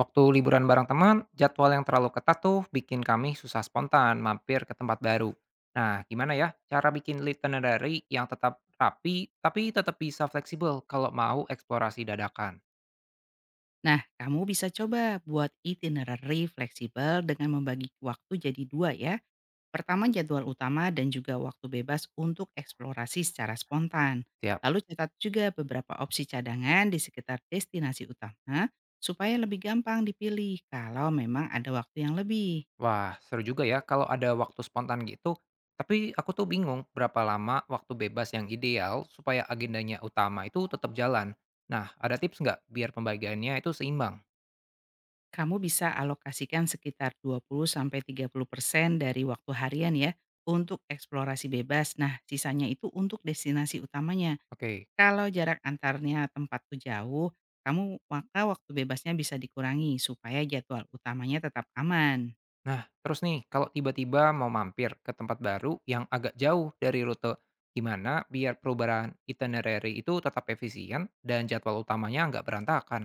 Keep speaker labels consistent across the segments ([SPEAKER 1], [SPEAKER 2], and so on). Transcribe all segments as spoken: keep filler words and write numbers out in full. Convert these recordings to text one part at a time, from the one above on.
[SPEAKER 1] Waktu liburan bareng teman, jadwal yang terlalu ketat tuh bikin kami susah spontan mampir ke tempat baru. Nah, gimana ya cara bikin itinerary yang tetap rapi tapi tetap bisa fleksibel kalau mau eksplorasi dadakan?
[SPEAKER 2] Nah, kamu bisa coba buat itinerary fleksibel dengan membagi waktu jadi dua ya. Pertama jadwal utama dan juga waktu bebas untuk eksplorasi secara spontan.
[SPEAKER 1] Siap.
[SPEAKER 2] Lalu catat juga beberapa opsi cadangan di sekitar destinasi utama supaya lebih gampang dipilih kalau memang ada waktu yang lebih.
[SPEAKER 1] Wah, seru juga ya kalau ada waktu spontan gitu. Tapi aku tuh bingung berapa lama waktu bebas yang ideal supaya agendanya utama itu tetap jalan. Nah, ada tips nggak biar pembagiannya itu seimbang?
[SPEAKER 2] Kamu bisa alokasikan sekitar dua puluh-tiga puluh persen dari waktu harian ya untuk eksplorasi bebas. Nah, sisanya itu untuk destinasi utamanya.
[SPEAKER 1] Oke.
[SPEAKER 2] Kalau jarak antarnya tempat tuh jauh, kamu maka waktu bebasnya bisa dikurangi supaya jadwal utamanya tetap aman.
[SPEAKER 1] Nah, terus nih, kalau tiba-tiba mau mampir ke tempat baru yang agak jauh dari rute, gimana biar perubahan itinerary itu tetap efisien dan jadwal utamanya nggak berantakan?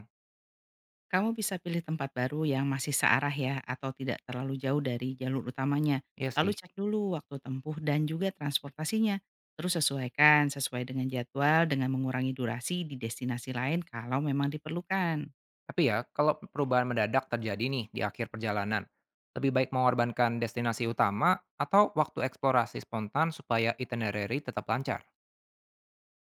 [SPEAKER 2] Kamu bisa pilih tempat baru yang masih searah ya atau tidak terlalu jauh dari jalur utamanya.
[SPEAKER 1] Iya
[SPEAKER 2] Lalu
[SPEAKER 1] sih.
[SPEAKER 2] cek dulu waktu tempuh dan juga transportasinya. Terus sesuaikan sesuai dengan jadwal dengan mengurangi durasi di destinasi lain kalau memang diperlukan.
[SPEAKER 1] Tapi ya, kalau perubahan mendadak terjadi nih di akhir perjalanan, lebih baik mengorbankan destinasi utama atau waktu eksplorasi spontan supaya itinerary tetap lancar,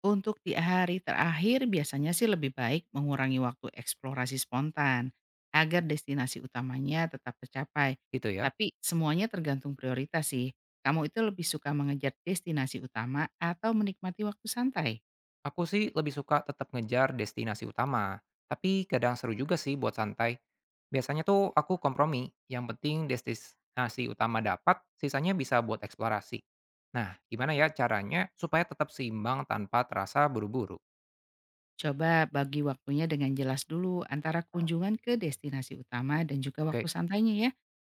[SPEAKER 2] Untuk di hari terakhir biasanya sih lebih baik mengurangi waktu eksplorasi spontan, agar destinasi utamanya tetap tercapai.
[SPEAKER 1] gitu ya?
[SPEAKER 2] Tapi semuanya tergantung prioritas sih. Kamu itu lebih suka mengejar destinasi utama atau menikmati waktu santai?
[SPEAKER 1] Aku sih lebih suka tetap ngejar destinasi utama, tapi kadang seru juga sih buat santai. Biasanya tuh aku kompromi, yang penting destinasi utama dapat, sisanya bisa buat eksplorasi. Nah, gimana ya caranya supaya tetap seimbang tanpa terasa buru-buru?
[SPEAKER 2] Coba bagi waktunya dengan jelas dulu antara kunjungan ke destinasi utama dan juga waktu
[SPEAKER 1] Oke,
[SPEAKER 2] santainya ya.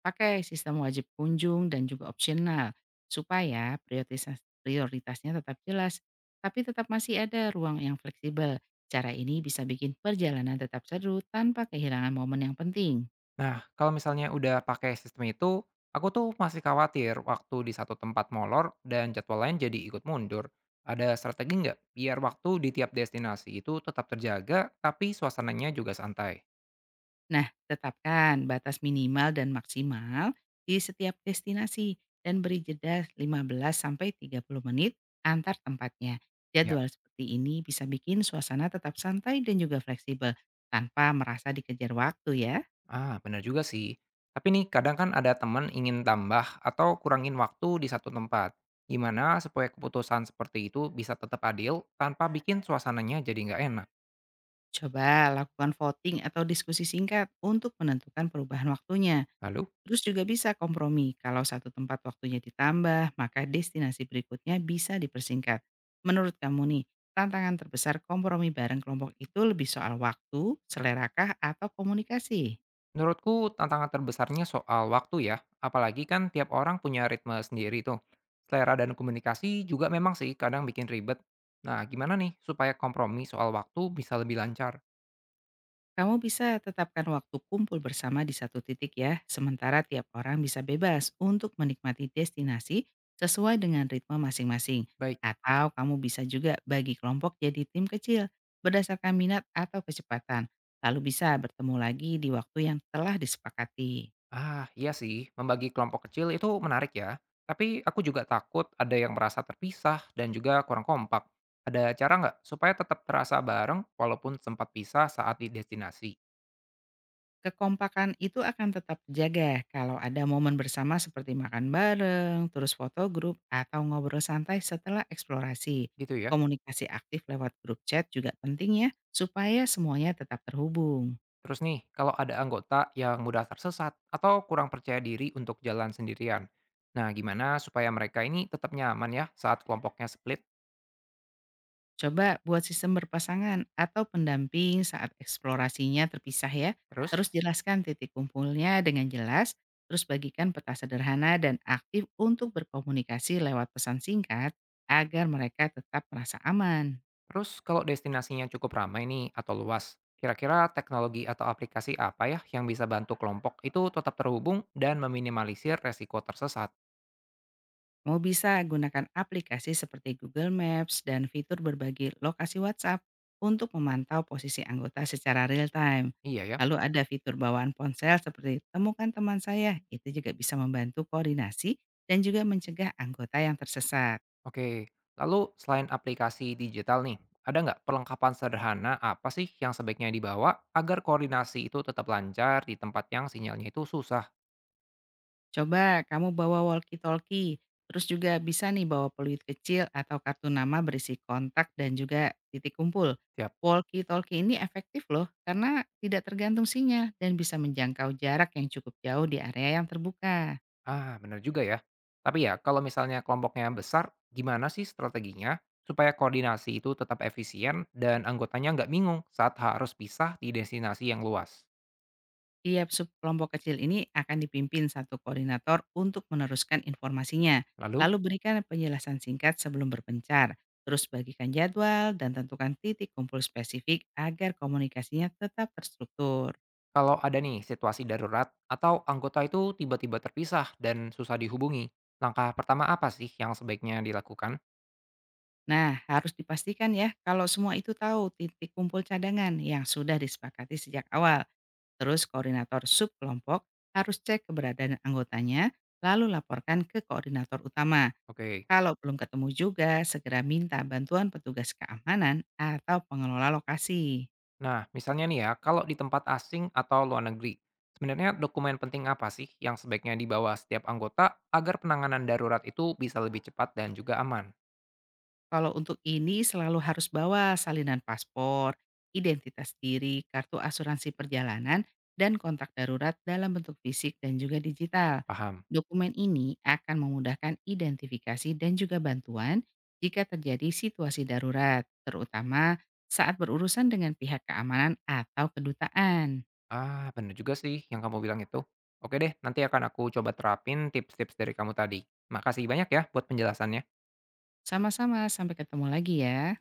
[SPEAKER 2] Pakai sistem wajib kunjung dan juga opsional supaya prioritas- prioritasnya tetap jelas tapi tetap masih ada ruang yang fleksibel. Cara ini bisa bikin perjalanan tetap seru tanpa kehilangan momen yang penting.
[SPEAKER 1] nah kalau misalnya udah pakai sistem itu, aku tuh masih khawatir waktu di satu tempat molor dan jadwal lain jadi ikut mundur. Ada strategi nggak biar waktu di tiap destinasi itu tetap terjaga, tapi suasananya juga santai?
[SPEAKER 2] Nah, tetapkan batas minimal dan maksimal di setiap destinasi dan beri jeda lima belas sampai tiga puluh menit antar tempatnya.
[SPEAKER 1] Ya.
[SPEAKER 2] Jadwal seperti ini bisa bikin suasana tetap santai dan juga fleksibel tanpa merasa dikejar waktu ya.
[SPEAKER 1] Ah, benar juga sih. Tapi nih, kadang kan ada teman ingin tambah atau kurangin waktu di satu tempat. Gimana supaya keputusan seperti itu bisa tetap adil tanpa bikin suasananya jadi nggak enak?
[SPEAKER 2] Coba lakukan voting atau diskusi singkat untuk menentukan perubahan waktunya.
[SPEAKER 1] Lalu,
[SPEAKER 2] Terus juga bisa kompromi, kalau satu tempat waktunya ditambah, maka destinasi berikutnya bisa dipersingkat. Menurut kamu nih, tantangan terbesar kompromi bareng kelompok itu lebih soal waktu, selerakah, atau komunikasi?
[SPEAKER 1] menurutku tantangan terbesarnya soal waktu ya. Apalagi kan tiap orang punya ritme sendiri tuh. Selera dan komunikasi juga memang sih kadang bikin ribet. Nah, gimana nih supaya kompromi soal waktu bisa lebih lancar?
[SPEAKER 2] Kamu bisa tetapkan waktu kumpul bersama di satu titik ya, sementara tiap orang bisa bebas untuk menikmati destinasi sesuai dengan ritme masing-masing.
[SPEAKER 1] Baik.
[SPEAKER 2] Atau kamu bisa juga bagi kelompok jadi tim kecil berdasarkan minat atau kecepatan, lalu bisa bertemu lagi di waktu yang telah disepakati.
[SPEAKER 1] Ah, iya sih, membagi kelompok kecil itu menarik ya. Tapi aku juga takut ada yang merasa terpisah dan juga kurang kompak. Ada cara nggak supaya tetap terasa bareng walaupun sempat pisah saat di destinasi?
[SPEAKER 2] Kekompakan itu akan tetap terjaga kalau ada momen bersama seperti makan bareng, terus foto grup, atau ngobrol santai setelah eksplorasi.
[SPEAKER 1] Gitu ya.
[SPEAKER 2] Komunikasi aktif lewat grup chat juga penting ya, supaya semuanya tetap terhubung.
[SPEAKER 1] Terus nih, kalau ada anggota yang mudah tersesat atau kurang percaya diri untuk jalan sendirian. Nah, gimana supaya mereka ini tetap nyaman ya saat kelompoknya split?
[SPEAKER 2] Coba buat sistem berpasangan atau pendamping saat eksplorasinya terpisah ya.
[SPEAKER 1] Terus?
[SPEAKER 2] Terus jelaskan titik kumpulnya dengan jelas, terus bagikan peta sederhana dan aktif untuk berkomunikasi lewat pesan singkat agar mereka tetap merasa aman.
[SPEAKER 1] Terus kalau destinasinya cukup ramai nih atau luas, kira-kira teknologi atau aplikasi apa ya yang bisa bantu kelompok itu tetap terhubung dan meminimalisir resiko tersesat?
[SPEAKER 2] Mau bisa gunakan aplikasi seperti Google Maps dan fitur berbagi lokasi WhatsApp untuk memantau posisi anggota secara real time.
[SPEAKER 1] Iya ya.
[SPEAKER 2] Lalu ada fitur bawaan ponsel seperti temukan teman saya, itu juga bisa membantu koordinasi dan juga mencegah anggota yang tersesat.
[SPEAKER 1] Oke, lalu selain aplikasi digital nih, ada nggak perlengkapan sederhana apa sih yang sebaiknya dibawa agar koordinasi itu tetap lancar di tempat yang sinyalnya itu susah?
[SPEAKER 2] Coba kamu bawa walkie-talkie, terus juga bisa nih bawa peluit kecil atau kartu nama berisi kontak dan juga titik kumpul. Walkie-talkie ini efektif loh karena tidak tergantung sinyal dan bisa menjangkau jarak yang cukup jauh di area yang terbuka.
[SPEAKER 1] Ah, benar juga ya. Tapi ya, kalau misalnya kelompoknya besar, gimana sih strateginya supaya koordinasi itu tetap efisien dan anggotanya nggak bingung saat harus pisah di destinasi yang luas?
[SPEAKER 2] Tiap subkelompok kecil ini akan dipimpin satu koordinator untuk meneruskan informasinya.
[SPEAKER 1] Lalu,
[SPEAKER 2] Lalu berikan penjelasan singkat sebelum berpencar. Terus bagikan jadwal dan tentukan titik kumpul spesifik agar komunikasinya tetap terstruktur.
[SPEAKER 1] kalau ada nih situasi darurat atau anggota itu tiba-tiba terpisah dan susah dihubungi, langkah pertama apa sih yang sebaiknya dilakukan?
[SPEAKER 2] Nah, harus dipastikan ya kalau semua itu tahu titik kumpul cadangan yang sudah disepakati sejak awal. Terus koordinator subkelompok harus cek keberadaan anggotanya, lalu laporkan ke koordinator utama.
[SPEAKER 1] Oke.
[SPEAKER 2] Kalau belum ketemu juga, segera minta bantuan petugas keamanan atau pengelola lokasi.
[SPEAKER 1] Nah, misalnya nih ya, kalau di tempat asing atau luar negeri, sebenarnya dokumen penting apa sih yang sebaiknya dibawa setiap anggota agar penanganan darurat itu bisa lebih cepat dan juga aman?
[SPEAKER 2] Kalau untuk ini selalu harus bawa salinan paspor, identitas diri, kartu asuransi perjalanan, dan kontak darurat dalam bentuk fisik dan juga digital.
[SPEAKER 1] Paham?
[SPEAKER 2] Dokumen ini akan memudahkan identifikasi dan juga bantuan jika terjadi situasi darurat, terutama saat berurusan dengan pihak keamanan atau kedutaan.
[SPEAKER 1] Ah, bener juga sih yang kamu bilang itu. Oke deh, nanti akan aku coba terapin tips-tips dari kamu tadi. Makasih banyak ya buat penjelasannya.
[SPEAKER 2] Sama-sama, sampai ketemu lagi ya.